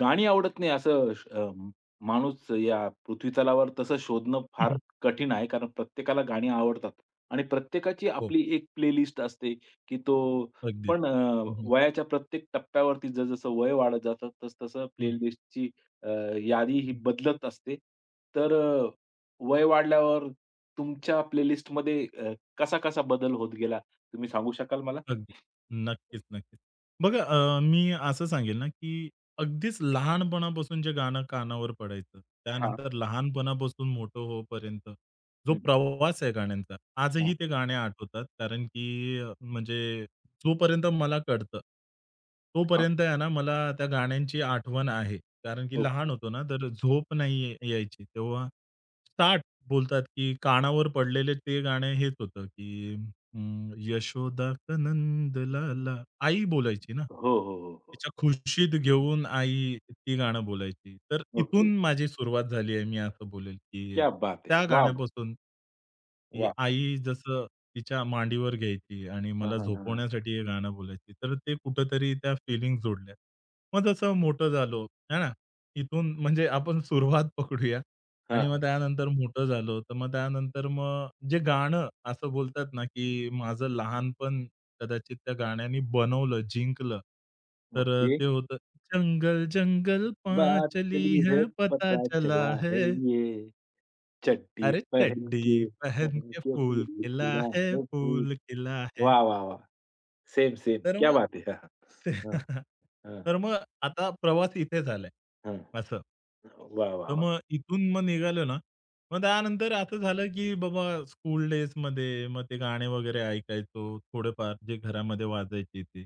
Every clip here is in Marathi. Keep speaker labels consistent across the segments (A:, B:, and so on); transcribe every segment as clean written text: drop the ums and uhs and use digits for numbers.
A: गाणी आवडत नाही असं माणूस या पृथ्वीतलावर तसं शोधणं
B: हं,
A: फार
B: हं.
A: कठीण आहे. कारण प्रत्येकाला गाणी आवडतात आणि प्रत्येकाची
B: हो,
A: आपली एक प्लेलिस्ट असते, की तो
B: अगदी.
A: पण
B: हं, हं.
A: वयाच्या प्रत्येक टप्प्यावरती जसं-जसं वय वाढत जातं, तसं-तसं
B: हं, हं.
A: प्लेलिस्टची यादी ही बदलत असते. तर वय वाढल्यावर तुमच्या प्लेलिस्टमध्ये कसा-कसा बदल होत गेला, तुम्ही सांगू शकाल मला?
B: अगदी. नक्कीच, नक्कीच. बघा मी असं सांगेल ना, की अगदीच लहानपणापासून जे गाणं कानावर पडायचं,
A: हां.
B: त्यानंतर लहानपणापासून मोठं होईपर्यंत जो
A: हं.
B: प्रवास आहे गाण्यांचा, आजही
A: हां,
B: ते गाणे आठवतात. कारण की म्हणजे जोपर्यंत मला कळतं,
A: हां.
B: तोपर्यंत आहे ना मला त्या गाण्यांची आठवण आहे. कारण की लहान
A: ओके.
B: होतो ना, तर झोप नाही यायची. तेव्हा 60 बोलतात, की कानावर पडलेले ते गाणं हेच होतं, की यशोदा नंद लाला आई
A: हं.
B: बोलायची ना.
A: हो, हो, हो, हो.
B: तिच्या खुशीत घेऊन आई ती गाणं बोलायची. तर
A: ओके.
B: इथून माझी सुरुवात झाली आहे. मी असं बोलेल, की
A: क्या बात है!
B: त्या
A: वॉव!
B: गाण्यापासून की
A: वाह!
B: आई जसं तिच्या मांडीवर घ्यायची आणि
A: हां,
B: मला
A: हां, हां, हां.
B: झोपवण्यासाठी हे गाणं बोलायची. तर ते कुठेतरी त्या फीलिंग जोडल्या. मग जसं मोठं झालो, आहे ना? इथून म्हणजे आपण सुरुवात पकडूया. आणि मग
A: हां,
B: त्यानंतर मोठं झालो, तर मग त्यानंतर मग जे गाणं असं बोलतात ना, की माझं लहानपण कदाचित त्या गाण्याने बनवलं, जिंकलं. तर
A: ओके.
B: ते होतं जंगल, जंगल पाँ
A: बात
B: चली
A: चली
B: है,
A: है
B: पता
A: पता
B: चला
A: चला
B: है.
A: है ये, चड्डी
B: अरे
A: पहन के
B: चड्डी पहन
A: पहन
B: के
A: के
B: फूल
A: फूल
B: खिला
A: खिला
B: है,
A: है फूल.
B: फूल खिला है.
A: वाह, वाह, वाह! Same, same.
B: तर
A: क्या
B: मग
A: बात है! हां,
B: ते
A: हां. हां,
B: तर मग आता प्रवास इथे झालाय,
A: हां, हां.
B: असं.
A: वाह, वाह,
B: तर
A: वाह!
B: मग इथून मग निघालो ना, मग त्यानंतर असं झालं, की बाबा स्कूल डेजमध्ये मग ते गाणे वगैरे ऐकायचो, थोडेफार जे घरामध्ये वाजायचे ते.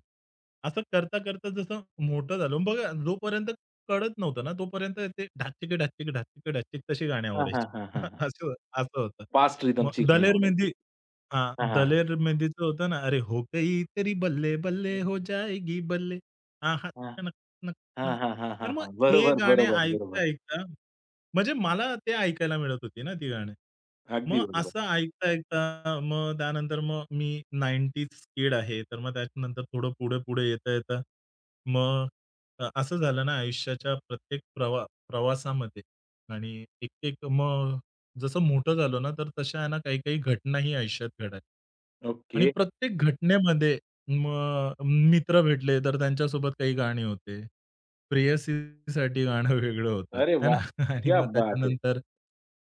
B: असं करता-करता जसं मोठं झालो. बघा जोपर्यंत कळत नव्हतं ना, तोपर्यंत ते ढाचिक, ढाचिक, ढाचिक, ढाचिक तशी गाणी
A: हां, हां,
B: आवडायची.
A: हां, हां, हां.
B: असं असं होतं.
A: फास्ट
B: मग
A: रिदमची गाणी
B: दलेर
A: आवडायची.
B: मेहंदी हां,
A: हां, हां, हां.
B: दलेरमध्येचं होतं ना, अरे हो गई तेरी बल्ले बल्ले हो जाएगी बल्ले, आहा टनक, टनक,
A: हां,
B: टनक.
A: हां, हां, हां,
B: तर
A: हां,
B: मग
A: हां.
B: हे
A: बरोबर,
B: गाणे
A: बरोबर, बरोबर.
B: ऐकता-ऐकता म्हणजे मला ते ऐकायला मिळत होती ना ती गाणी.
A: अगदी
B: मग
A: बरोबर.
B: असं ऐकता-ऐकता मग त्यानंतर मग मी 90s किड आहे. तर मग त्याच्यानंतर थोडं पुढे-पुढे येता-येता मग असं झालं ना आयुष्याच्या प्रत्येक प्रवासामध्ये आणि एक-एक मग जसं मोठं झालो ना, तर तशा आहे ना, काही-काही घटनाही आयुष्यात घडायच्या.
A: ओके.
B: आणि प्रत्येक घटनेमध्ये मग मित्र भेटले, तर त्यांच्यासोबत काही गाणी होते. प्रेयसीसाठी गाणं वेगळं होतं,
A: अरे
B: आहे ना?
A: वाह!
B: आणि
A: क्या
B: मग
A: बात है!
B: त्याच्यानंतर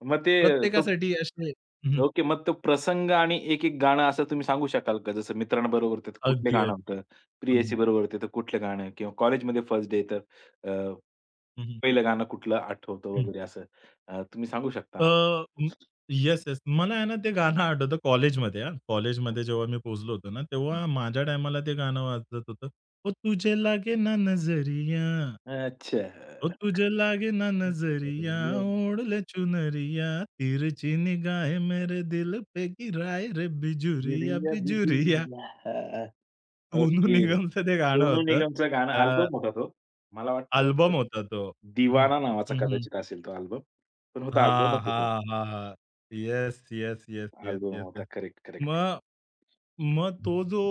A: मग ते तो
B: प्रत्येकासाठी असे हं,
A: ओके. मग तो प्रसंग आणि एक-एक गाणं असं तुम्ही सांगू शकाल का? जसं मित्रांबरोबर तर कुठलं
B: अगदी,
A: गाणं
B: अगदी.
A: होतं?
B: हं, हं.
A: प्रेयसीबरोबर होते तर कुठलं गाणं? किंवा कॉलेजमध्ये फर्स्ट डे तर अ,
B: हं,
A: पहिलं गाणं कुठलं आठवतं वगैरे असं तुम्ही सांगू शकता
B: अ,
A: ना?
B: हं. Yes, yes. मला आहे ना, ते गाणं आठवतं कॉलेजमध्ये हां. कॉलेजमध्ये जेव्हा मी पोहोचलो होतो ना, तेव्हा माझ्या टायमाला ते गाणं वाजत होतं. ओ तुझे लागे ना नजरिया
A: अच्छा.
B: तो तुझे लागे ना नजरिया
A: बिजरिया
B: ओढ़ले चुनरिया तिरछी निगाहें मेरे दिल पे गिराए रे बिजुरिया
A: बिजरिया
B: बिजुरिया
A: बिजरिया हां.
B: सोनू
A: ओके.
B: निगमचं ते गाणं
A: सोनू
B: होतं.
A: निगमचं गाणं अल्बम होता तो. मला वाटतं
B: अल्बम होता तो. हं.
A: दिवाना नावाचा
B: हं, हं.
A: कदाचित असेल तो अल्बम. पण होता अल्बमच
B: हां,
A: होता.
B: हां, हां, yes, yes, yes, yes,
A: album
B: yes,
A: होता.
B: येस.
A: Correct, correct.
B: मग मग तो जो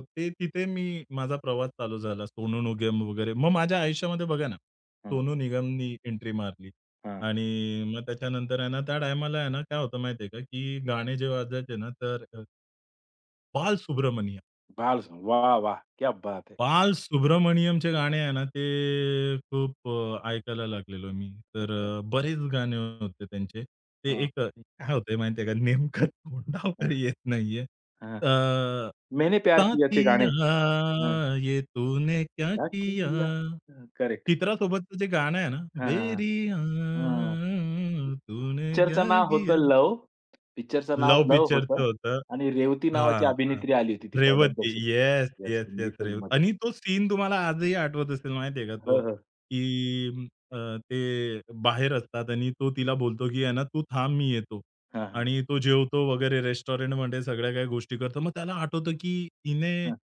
B: ते तिथे मी माझा प्रवास चालू झाला. सोनू निगम वगैरे. मग माझ्या आयुष्यामध्ये बघा ना,
A: हं,
B: सोनू निगमनी एंट्री मारली
A: हं.
B: आणि मग त्याच्यानंतर आहे ना, त्या टायमाला आहे ना, काय होतं माहिती आहे का, की गाणे जेव्हा वाजायचे ना, तर बालसुब्रमणी
A: बाल वाह! वाह! क्या बात है!
B: बालसुब्रमणियमचे गाणे आहे ना, ते खूप ऐकायला लागलेलो मी. तर
A: अच्छा.
B: बरेच गाणे होते त्यांचे. ते
A: हां,
B: एक काय होतंय माहिती का, नेमकं तोंडावर
A: हं,
B: येत नाहीये.
A: हं.
B: अ,
A: मैंने प्यार कियाचे गाणे. हं.
B: साथिया ये तूने क्या
A: क्या
B: किया?
A: किया हं, करेक्ट.
B: चित्रासोबतचं जे गाणं आहे ना,
A: हां, हां,
B: बेरिया
A: हां.
B: तूने क्या
A: पिक्चरचं नाव
B: किया?
A: होतं लव. पिक्चरचं नाव
B: लव्ह
A: लव होतं
B: पिक्चरचं होतं.
A: आणि रेवती नावाची
B: हां, हां.
A: अभिनेत्री आली होती ती
B: रेवती.
A: पहिल्यांदाच
B: yes,
A: yes,
B: yes,
A: Hindi
B: yes.
A: फिल्ममध्ये.
B: आणि तो सीन तुम्हाला आजही आठवत असेल माहिती आहे का
A: हो,
B: तो,
A: हो.
B: की ते बाहेर असतात आणि तो तिला बोलतो, की "आहे ना, तू थांब मी येतो."
A: हां, हां,
B: आणि तो जेवतो वगैरे रेस्टॉरंटमध्ये सगळ्या काही गोष्टी करतो. मग त्याला आठवतं, की हिने
A: हां.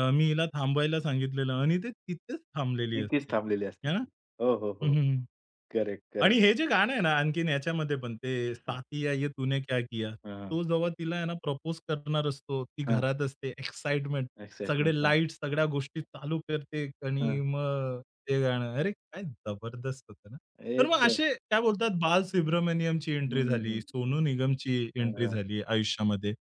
B: मी हिला थांबायला सांगितलेलं आणि ते तिथेच थांबलेली
A: इथेच
B: असते.
A: थांबलेली असते
B: आहे ना?
A: ती. हो, हो,
B: हं,
A: हो.
B: हं, हं.
A: करेक्ट,
B: आणि
A: करेक्ट.
B: हे जे गाणं आहे ना, आणखीन याच्यामध्ये पण ते
A: हं,
B: "साथिया ये तूने क्या किया?"
A: हं,
B: तो जेव्हा तिला आहे ना प्रपोज करणार असतो, ती
A: हं.
B: घरात असते, एक्साइटमेंट, सगळे
A: एक्साइटमेंट. हां,
B: लाईट्स, सगळ्या गोष्टी चालू करते आणि
A: हां.
B: मग ते गाणं. अरे, काय जबरदस्त होतं ना. तर मग
A: एकदम.
B: असे काय बोलतात, बालसुब्रमण्यमची एंट्री झाली,
A: हं.
B: सोनू निगमची
A: हां,
B: एंट्री
A: हां.
B: झाली आयुष्यामध्ये.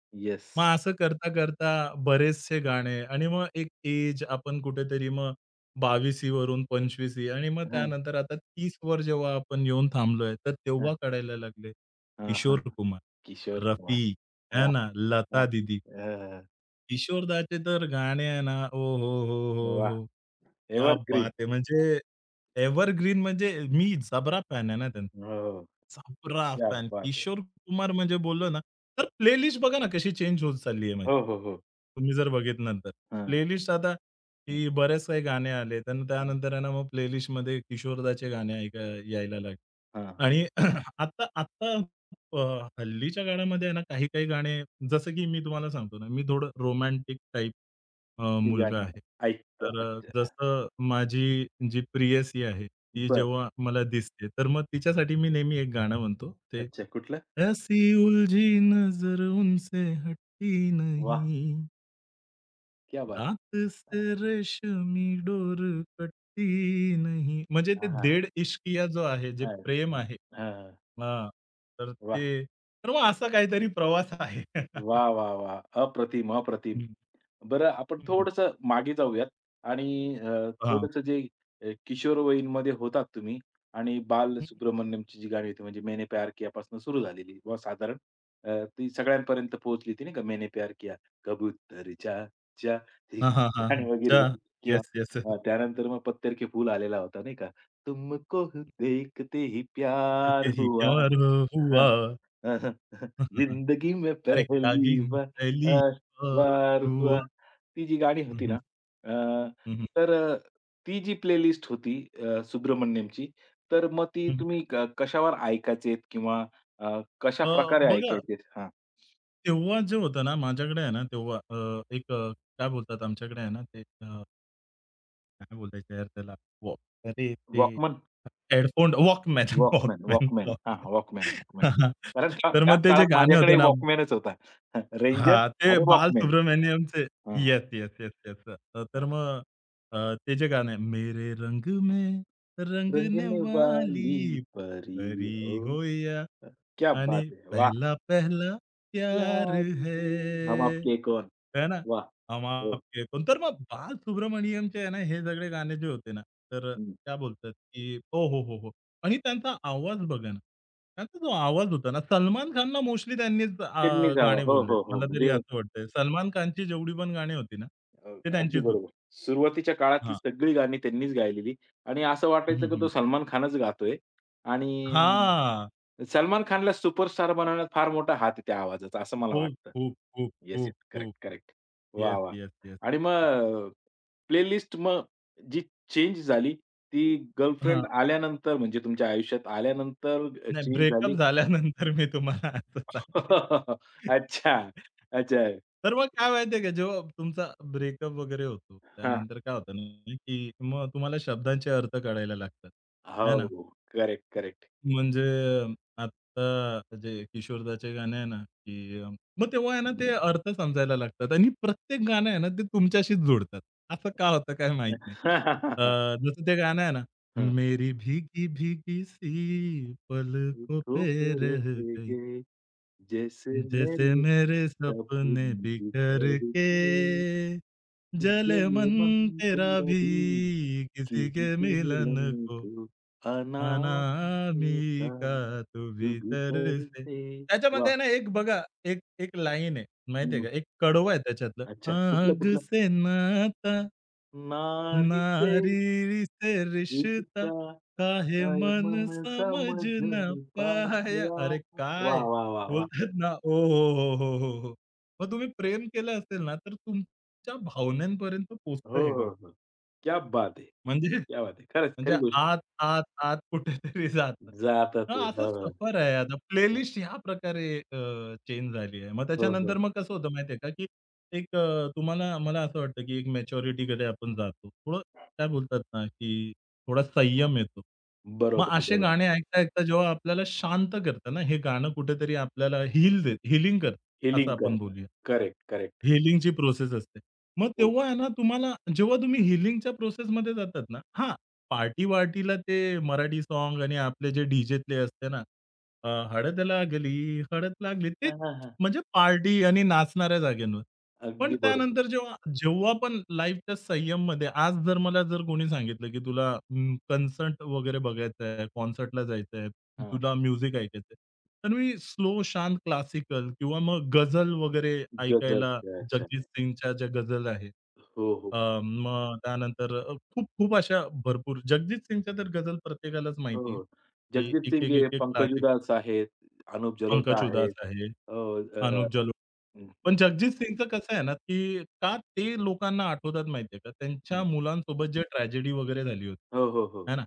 B: मग
A: येस.
B: असं करता-करता बरेचसे गाणे आणि मग एक एज आपण कुठेतरी मग 22 वरून 25 आणि मग
A: हां,
B: त्यानंतर आता 30 वर जेव्हा आपण येऊन थांबलोय, तर
A: हां.
B: तेव्हा कळायला लागले
A: हां,
B: किशोर कुमार,
A: किशोर कुमार.
B: रफी, है
A: वाह!
B: ना, लता
A: हां.
B: दीदी.
A: हां,
B: किशोरदाचे तर गाणे आहे ना, ओ हो, हो, हो,
A: वाह!
B: हो! क्या
A: एव्हरग्रीन.
B: बात है! म्हणजे एव्हरग्रीन म्हणजे मी जबरा फॅन आहे ना त्यांचा.
A: हो, हो.
B: जबरा
A: क्या
B: फॅन.
A: बात है!
B: किशोर कुमार म्हणजे बोललो ना, तर प्लेलिस्ट बघा ना कशी चेंज होत चालली आहे माझी.
A: हो, हो, हो.
B: तुम्ही जर बघितलं तर.
A: हां,
B: प्लेलिस्ट आता
A: हां,
B: की बरेच काही गाणे आले. तर
A: हां,
B: त्यानंतर आहे ना मग प्लेलिस्टमध्ये किशोरदाचे गाणे यायला लागले.
A: हां.
B: आणि आता, आता अ, हल्लीच्या काळामध्ये आहे ना, काही-काही गाणे जसं की मी तुम्हाला सांगतो ना, मी थोडं रोमॅन्टिक टाइप
A: ती
B: मुलगा
A: गाणी
B: आहे.
A: ऐकतो.
B: तर
A: अच्छा.
B: जसं माझी जी प्रेयसी आहे, ती
A: बरं.
B: जेव्हा मला दिसते, तर मग तिच्यासाठी मी नेहमी एक गाणं म्हणतो. ते
A: अच्छा. कुठलं?
B: ऐसी उलझी नज़र उनसे हटती
A: वाह!
B: नहीं.
A: क्या बात
B: दात से
A: है!
B: रेशमी डोर कटी नहीं म्हणजे ते
A: हां, हां,
B: देड इश्किया जो आहे, जे प्रेम आहे. हां, तर
A: वाह!
B: ते तर मग असा काहीतरी प्रवास आहे.
A: वाह, वाह, वाह! अप्रतिम, अप्रतिम.
B: हं,
A: बरं आपण
B: हं.
A: थोडंसं मागे जाऊयात आणि
B: हां.
A: थोडंसं जे किशोरवयीनमध्ये होतात तुम्ही आणि बाल सुब्रमण्यमची जी गाणी होती म्हणजे मैंने प्यार कियापासून सुरू झालेली व साधारण ती सगळ्यांपर्यंत पोहोचली होती नाही का मैंने प्यार किया कबूतर चा चा ही
B: हां, हां, हां.
A: गाणी वगैरे
B: अच्छा.
A: होती किंवा
B: येस, येस, येस.
A: त्यानंतर मग पत्तर के फूल आलेला होता नाही का तुमको देखते ही प्यार
B: क्योंकि ही
A: हुआ
B: प्यार हुआ. हं, हं, हं.
A: जिंदगी में
B: अरे
A: पहली
B: कागीन
A: बार
B: पहली
A: अ,
B: बार हुआ.
A: हुआ. ती जी गाणी
B: हं,
A: होती
B: हं.
A: ना,
B: हं, हं.
A: तर ती जी प्लेलिस्ट होती सुब्रमण्यमची, तर मग ती
B: हं, हं.
A: तुम्ही कशावर ऐकायचेत किंवा कशाप्रकारे
B: बघा
A: ऐकायचेत? हां.
B: तेव्हा जे होतं ना माझ्याकडे आहे ना तेव्हा एक काय बोलतात आमच्याकडे आहे ना ते अ काय बोलायचं यार त्याला? वॉक अरे ते
A: walkman,
B: headphone walkman,
A: walkman,
B: walkman,
A: walkman. हां,
B: वॉकमॅन.
A: हां. Walkman, walkman. कारण त्या
B: तर
A: त्याच
B: मग ते जे
A: काळात
B: गाणं होतं
A: माझ्याकडे
B: ना
A: वॉकमनच होता. रेंजर
B: हां, ते
A: आणि वॉकमन.
B: बालसुब्रमण्यमचे
A: हां,
B: येस, येस, येस, येस. तर
A: हां.
B: मग अ, ते जे गाणं आहे, मेरे रंग में रंगने
A: रंगने वाली
B: वाली
A: परी
B: परी
A: हो,
B: हो
A: क्या
B: आणि
A: बात है! वाह!
B: पहला-पहला प्यार
A: प्यारी
B: है.
A: से हम आपके कौन?
B: है ना?
A: वाह!
B: हम
A: हो.
B: आपके कोण. तर मग बालसुब्रमण्यमचे आहे ना, हे सगळे गाणे जे होते ना, तर
A: हं.
B: त्या बोलतात, की "ओ हो, हो, हो." आणि त्यांचा आवाज बघा ना. त्यांचा जो आवाज होता ना, सलमान खानला मोस्टली त्यांनीच
A: त्यांनीच हां.
B: गाणे
A: हो,
B: बोललेत.
A: हो, हो.
B: मला तरी
A: म्हणजे
B: असं वाटतंय. सलमान खानची जेवढी पण गाणी होती ना,
A: अ,
B: ते
A: अगदी
B: त्यांचीच होती.
A: बरोबर. सुरुवातीच्या काळातली
B: हां.
A: सगळी गाणी त्यांनीच गायलेली आणि असं
B: हं, हं,
A: वाटायचं की
B: हं.
A: तो सलमान खानच गातोय आणि
B: हां.
A: सलमान खानला सुपरस्टार बनवण्यात फार मोठा हात आहे त्या आवाजाचा, असं मला
B: हो.
A: वाटतं.
B: खूप, खूप,
A: येस,
B: खूप,
A: येस.
B: खूप.
A: Correct, correct. वाह,
B: येस,
A: वाह!
B: Yes, yes.
A: आणि मग प्लेलिस्ट मग जी चेंज झाली, ती गर्लफ्रेंड आल्यानंतर म्हणजे तुमच्या आयुष्यात आल्यानंतर
B: नाही
A: चेंज
B: ब्रेकअप
A: झाली
B: झाल्यानंतर मी तुम्हाला असं सांगेन.
A: अच्छा. अच्छा.
B: तर मग काय माहिती का, जेव्हा तुमचा ब्रेकअप वगैरे होतो,
A: हां.
B: त्यानंतर काय होतं ना, की मग तुम्हाला शब्दांचे अर्थ कळायला लागतात, है ना?
A: हो. Correct, correct.
B: म्हणजे आता जे किशोरदाचे गाणे आहे ना, की मग तेव्हा आहे ना, ते अर्थ समजायला लागतात आणि प्रत्येक गाणं आहे ना, ते तुमच्याशीच जोडतात. असं का होतं काय माहीत नाही. जसं ते गाणं आहे ना,
A: हं.
B: मेरी भीगी भीगी सी पलकों
A: तुझको
B: पे
A: पे
B: रह गई.
A: रहेंगे जैसे
B: जैसे
A: मेरी
B: मेरे
A: सपने
B: सपने
A: बिखर
B: बिखर के
A: के,
B: जले
A: ये
B: मन
A: ये मन
B: तेरा
A: तेरा
B: भी
A: भी
B: किसी के
A: किसी से
B: मिलन
A: मिलन
B: को
A: को अनाम होता,
B: अनामिका तू
A: तू भी
B: भीतर से
A: तरसे. वाह!
B: त्याच्यामध्ये ना एक बघा एक एक लाईन आहे माहितीये
A: हं.
B: का एक कडवं आहे त्याच्यातलं
A: अच्छा. कुठलं,
B: आग
A: कुठलं?
B: से नाता
A: नारी
B: नारी से रिश्ता
A: एकिता
B: काहे
A: काय
B: मन
A: मन
B: समज ना
A: समजून पाया.
B: पाया
A: वाह!
B: अरे काय
A: वाह! वाह! वाह!
B: बोलतात ना. ओ हो, हो, हो, हो, हो. मग तुम्ही प्रेम केलं असेल ना, तर तुमच्या भावनांपर्यंत पोहोचतं
A: हो,
B: हे
A: हो,
B: गाणं.
A: हो. क्या बात है!
B: म्हणजे
A: क्या बात है! खरंच,
B: म्हणजे
A: खरी गोष्ट आहे.
B: आत, आत, आत कुठेतरी जातं.
A: जातं
B: हां,
A: ते.
B: असं
A: हं, हं.
B: सफर आहे आता. प्लेलिस्ट ह्या प्रकारे चेंज झाली आहे. मग
A: हो,
B: त्याच्यानंतर
A: हो.
B: मग कसं होतं माहिती आहे का, की एक तुम्हाला मला असं वाटतं, की एक मॅच्युरिटीकडे आपण जातो. थोडं काय बोलतात ना, की थोडा संयम येतो. मग
A: बरोबर,
B: असे
A: बरोबर.
B: गाणे ऐकता-ऐकता जेव्हा आपल्याला शांत करतं ना, हे गाणं कुठेतरी आपल्याला हील देतं, हीलिंग करतं असं
A: हीलिंग
B: आपण
A: करतं.
B: बोलूया.
A: Correct, correct.
B: हीलिंगची प्रोसेस असते. मग
A: हो.
B: तेव्हा आहे ना, तुम्हाला जेव्हा तुम्ही हीलिंगच्या प्रोसेसमध्ये जातात ना हां, पार्टी-वार्टीला ते मराठी सॉन्ग आणि आपले जे डीजेतले असते ना, हळद लागली, हळद लागली ते
A: हां, हां, हां.
B: म्हणजे पार्टी आणि नाचणाऱ्या जागेंवर. पण
A: अगदी बरोबर.
B: त्यानंतर जेव्हा जेव्हा पण लाईफच्या संयममध्ये आज जर मला जर कोणी सांगितलं, की तुला कन्सर्ट वगैरे बघायचा आहे, कॉन्सर्टला जायचं आहे,
A: हां.
B: तुला म्युझिक ऐकायचं तर मी स्लो शांत क्लासिकल किंवा मग गझल वगैरे ऐकायला
A: गझलचं. अच्छा.
B: जगजीत सिंगच्या ज्या गझल आहेत.
A: हो, हो.
B: अ, मग त्यानंतर खूप-खूप अशा भरपूर जगजीत सिंगच्या तर गझल प्रत्येकालाच
A: हो,
B: माहिती आहे,
A: हो.
B: की
A: जगजीत सिंग
B: एक-एक,
A: आहे,
B: एक-एक
A: पंकज
B: क्लासिक
A: उधास आहेत, अनुप
B: पंकज
A: जलोटा
B: उधास
A: आहेत.
B: आहे,
A: अ, अ,
B: अनुप जलोट.
A: हं,
B: पण
A: हं.
B: जगजीत सिंगचं कसं आहे ना, की का ते लोकांना आठवतात माहिती का? त्यांच्या मुलांसोबत जे ट्रॅजेडी वगैरे झाली होती.
A: हो, हो, हो.
B: आहे ना?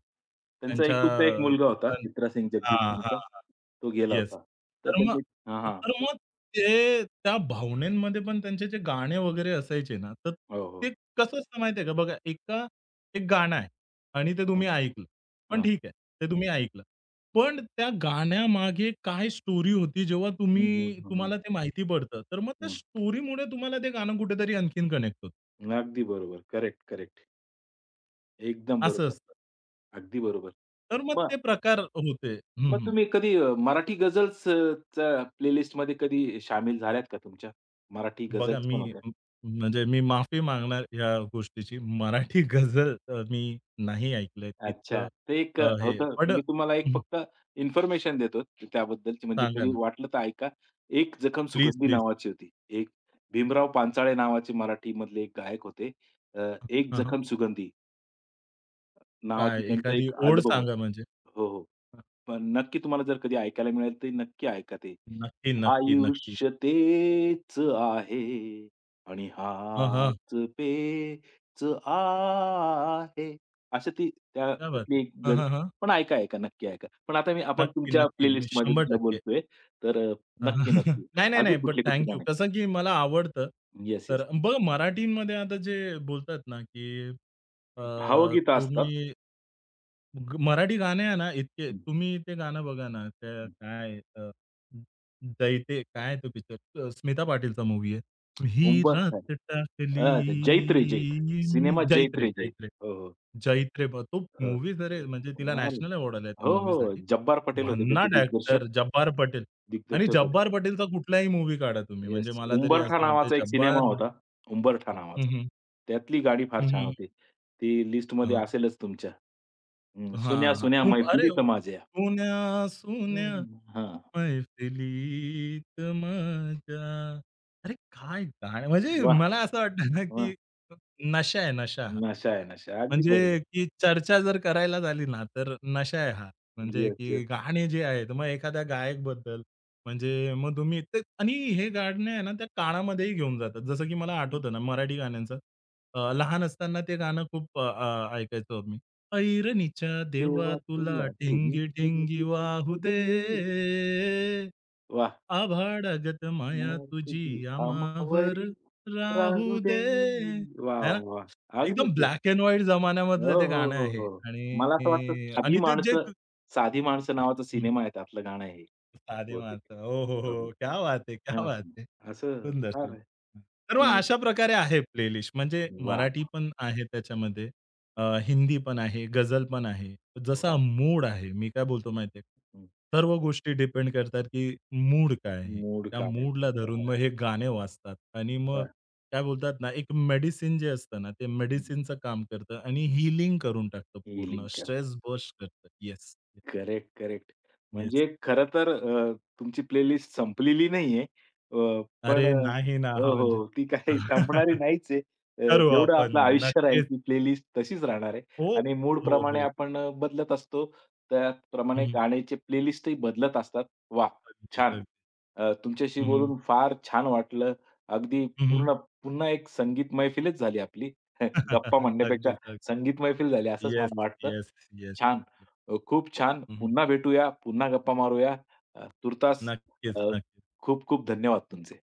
A: त्यांचा
B: त्यांच्या
A: एकुलता एक मुलगा होता
B: मुलां
A: चित्रा सिंग जगजीत
B: हां,
A: सिंगचा.
B: हां.
A: तो गेला
B: येस.
A: होता. तर
B: तर मग
A: त्यांनी हां, हां.
B: तर मग ते त्या भावनेमध्ये पण त्यांचे जे गाणे वगैरे असायचे ना, तर
A: हो,
B: ते
A: हो.
B: कसं असतं माहिती आहे का? बघा एका एक गाणं आहे आणि ते
A: हां,
B: तुम्ही ऐकलं. पण
A: हां.
B: ठीक आहे, ते तुम्ही ऐकलं. पण त्या गाण्यामागे काय स्टोरी होती जेव्हा
A: हं, हं,
B: तुम्ही
A: हं, हं,
B: तुम्हाला ते माहिती पडतं, तर मग त्या
A: हं.
B: स्टोरीमुळे तुम्हाला ते गाणं कुठेतरी आणखीन कनेक्ट होतं,
A: अगदी बरोबर. Correct, correct. एकदम
B: असं
A: बरोबर.
B: असतं.
A: अगदी बरोबर.
B: तर मग ते
A: मग
B: प्रकार होते. हं,
A: मग
B: हं.
A: तुम्ही कधी मराठी गझल्स च्या प्लेलिस्टमध्ये कधी शामील झाल्यात का तुमच्या? मराठी
B: बघा
A: गझल्स पण
B: मी
A: होत्या.
B: म म्हणजे मी माफी मागणार ह्या गोष्टीची. मराठी गझल मी नाही ऐकलंय इतकं
A: अच्छा. ते एक
B: हे
A: होतं
B: पण
A: मी तुम्हाला एक
B: हं,
A: फक्त इन्फॉर्मेशन देतो त्याबद्दलची, म्हणजे
B: सांगा
A: कधी
B: ना.
A: वाटलं तर ऐका. एक जखम
B: प्लीज,
A: सुगंधी
B: प्लीज.
A: नावाची होती. एक भीमराव पांचाळे नावाचे मराठीमधले एक गायक होते. अ, एक
B: हं, हं.
A: जखम सुगंधी नावाची
B: काय
A: त्यांचं
B: एखादी
A: एक
B: ओळ
A: अल्बम
B: सांगा
A: होतं.
B: म्हणजे?
A: हो, हो.
B: हं,
A: पण नक्की तुम्हाला जर कधी ऐकायला मिळेल, तर नक्की ऐका ते.
B: नक्की, नक्की, नक्की.
A: आयुष्य तेच आहे आणि
B: हां, हां.
A: हाच पेच आहे. अशी ती त्या
B: क्या बात है!
A: त्यातली एक
B: हां,
A: गझल
B: हां,
A: पण ऐका, ऐका. नक्की ऐका. पण आता मी आपण
B: नक्की,
A: तुमच्या
B: नक्की. मी
A: प्लेलिस्टमधलं
B: 100%
A: बोलतोय, तर
B: हं,
A: नक्की,
B: हं.
A: नक्की.
B: नाही, नाही, नाही.
A: अजून
B: बट
A: कुठली-कुठली
B: थँक
A: गाणी?
B: कसं की मला आवडतं.
A: येस,
B: तर
A: येस.
B: बघा मराठीमध्ये आता जे बोलतात ना, की अ,
A: भावगीतं असतात.
B: तुम्ही ग मराठी गाणे आहे ना, इतके
A: हं,
B: तुम्ही ते गाणं बघा ना, ते
A: हं.
B: काय दैते काय तो पिक्चर स्मिता पाटीलचा मूव्ही आहे. ही
A: उंबरठा
B: रात टाकली
A: आहे. अच्छा, जैत रे जैत.
B: मी
A: सिनेमा जैत रे जैत. हो, हो.
B: जैत्रे ब तो
A: हो.
B: मूव्ही जर म्हणजे तिला
A: अरे,
B: नॅशनल अवॉर्ड आलाय त्या
A: हो, हो.
B: मूव्हीसाठी.
A: जब्बार पटेल होते त्याचे
B: भन्नाट
A: दिग्दर्शक.
B: ॲक्टर जब्बार पटेल आणि
A: दिग्दर्शक होते.
B: जब्बार पटेलचा कुठलाही मूव्ही काढा तुम्ही म्हणजे
A: येस.
B: मला तरी
A: उंबरठा
B: असं वाटतं
A: नावाचा एक
B: जब्बार
A: सिनेमा होता. उंबरठा
B: हं,
A: नावाचा.
B: हं.
A: त्यातली गाणी फार छान
B: हं,
A: होती. ती लिस्टमध्ये असेलच तुमच्या. हं.
B: हां, हां.
A: "सुन्या-सुन्या
B: उम, अरे
A: मैफिली
B: हो!
A: तमाशा."
B: सोन्या
A: हं. हां.
B: मैफिलीत माझ्या. अरे काय गाणं म्हणजे
A: वाह!
B: मला असं वाटतं ना,
A: वाह!
B: की नशा आहे नशा.
A: नशा आहे नशा. अगदी
B: म्हणजे
A: बरोबर.
B: की चर्चा जर करायला झाली ना, तर नशा आहे हा. म्हणजे
A: येस,
B: की
A: येस.
B: गाणे जे आहेत, मग एखाद्या गायकबद्दल म्हणजे मग तुम्ही ते आणि हे गाणे आहे ना, त्या काळामध्येही घेऊन जातात. जसं की मला आठवतं ना मराठी गाण्यांचं लहान असताना ते गाणं खूप अ, अ, ऐकायचो मी. "ऐरणीच्या देवा
A: "देवा
B: तुला
A: तुला ठिणगी
B: ठिंगी-ठिंगी वाहू
A: घेऊ दे,
B: दे.
A: वाह!
B: आभाळागत माया
A: माय
B: तुझी
A: तुझी
B: आम्हावर
A: आमावरी
B: राहू
A: राहू दे."
B: दे."
A: वाह,
B: है ना?
A: वाह, वाह!
B: एकदम
A: अगदीच.
B: ब्लॅक एंड व्हाईट
A: हो,
B: जमान्यामधलं ते
A: हो,
B: गाणं
A: हो,
B: आहे
A: हो. मला असं वाटतं
B: आणि
A: साधी
B: आणि ते जे
A: माणसं, साधी माणसं नावाचा
B: हं.
A: सिनेमा आहे त्यातलं गाणं आहे हे
B: साधे
A: बहुतेक.
B: माणसं. हो, हो, हो.
A: हो, हो.
B: हो. क्या बात है!
A: हां,
B: क्या बात है!
A: हां. असं
B: सुंदर,
A: फार
B: सुंदर. तर
A: अ,
B: मग अशा प्रकारे आहे प्लेलिस्ट. म्हणजे
A: वाह!
B: मराठी
A: वाह!
B: पण आहे त्याच्यामध्ये, हिंदी पण आहे, गझल पण आहे. जसा
A: वाह!
B: मूड आहे, मी काय बोलतो माहिती का?
A: हं.
B: सर्व गोष्टी डिपेंड करतात, की मूड काय आहे.
A: मूड
B: त्या
A: काय आहे
B: मूडला धरून मग
A: तुमचा?
B: हे गाणे वाजतात आणि मग
A: वाह!
B: काय बोलतात ना, एक मेडिसिन जे असतं ना, ते
A: हं.
B: मेडिसिनचं काम करतं आणि हीलिंग करून टाकतं पूर्ण.
A: हीलिंग
B: स्ट्रेस बर्स्ट करतं. Yes,
A: correct, correct.
B: येस.
A: म्हणजे खरं तर तुमची प्लेलिस्ट संपलेली नाहीये.
B: अरे
A: पण
B: नाही ना,
A: हो,
B: हां,
A: हो.
B: म्हणजे
A: हो, ती काही संपणारी नाहीच आहे.
B: करू
A: जेवढं
B: आपण
A: आपलं आयुष्य राहील
B: नक्कीच.
A: ती प्लेलिस्ट तशीच राहणार आहे
B: हो,
A: आणि
B: हो,
A: मूडप्रमाणे
B: हो.
A: आपण बदलत असतो. त्याप्रमाणे
B: हं,
A: गाण्याचे प्लेलिस्टही बदलत असतात. वाह!
B: अगदीच,
A: छान.
B: अगदी.
A: तुमच्याशी
B: हं, हं.
A: बोलून फार छान वाटलं. अगदी पूर्ण पुन्हा एक संगीत मैफिलच झाली आपली. गप्पा म्हणण्यापेक्षा
B: अगदीच, अगदी.
A: संगीत मैफिल झाली असंच
B: येस,
A: मला वाटतं.
B: Yes, yes.
A: छान. खूप छान.
B: हं,
A: पुन्हा भेटूया, पुन्हा गप्पा मारूया. तूर्तास अ,
B: नक्कीच, नक्कीच.
A: खूप खूप धन्यवाद तुमचे.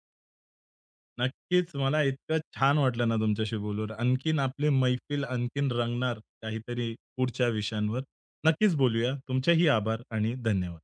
B: नक्कीच मला इतकं छान वाटलं ना तुमच्याशी बोलून. आणखीन आपली मैफिल आणखीन रंगणार काहीतरी पुढच्या विषयांवर. नक्कीच बोलूया. तुमचेही आभार आणि धन्यवाद.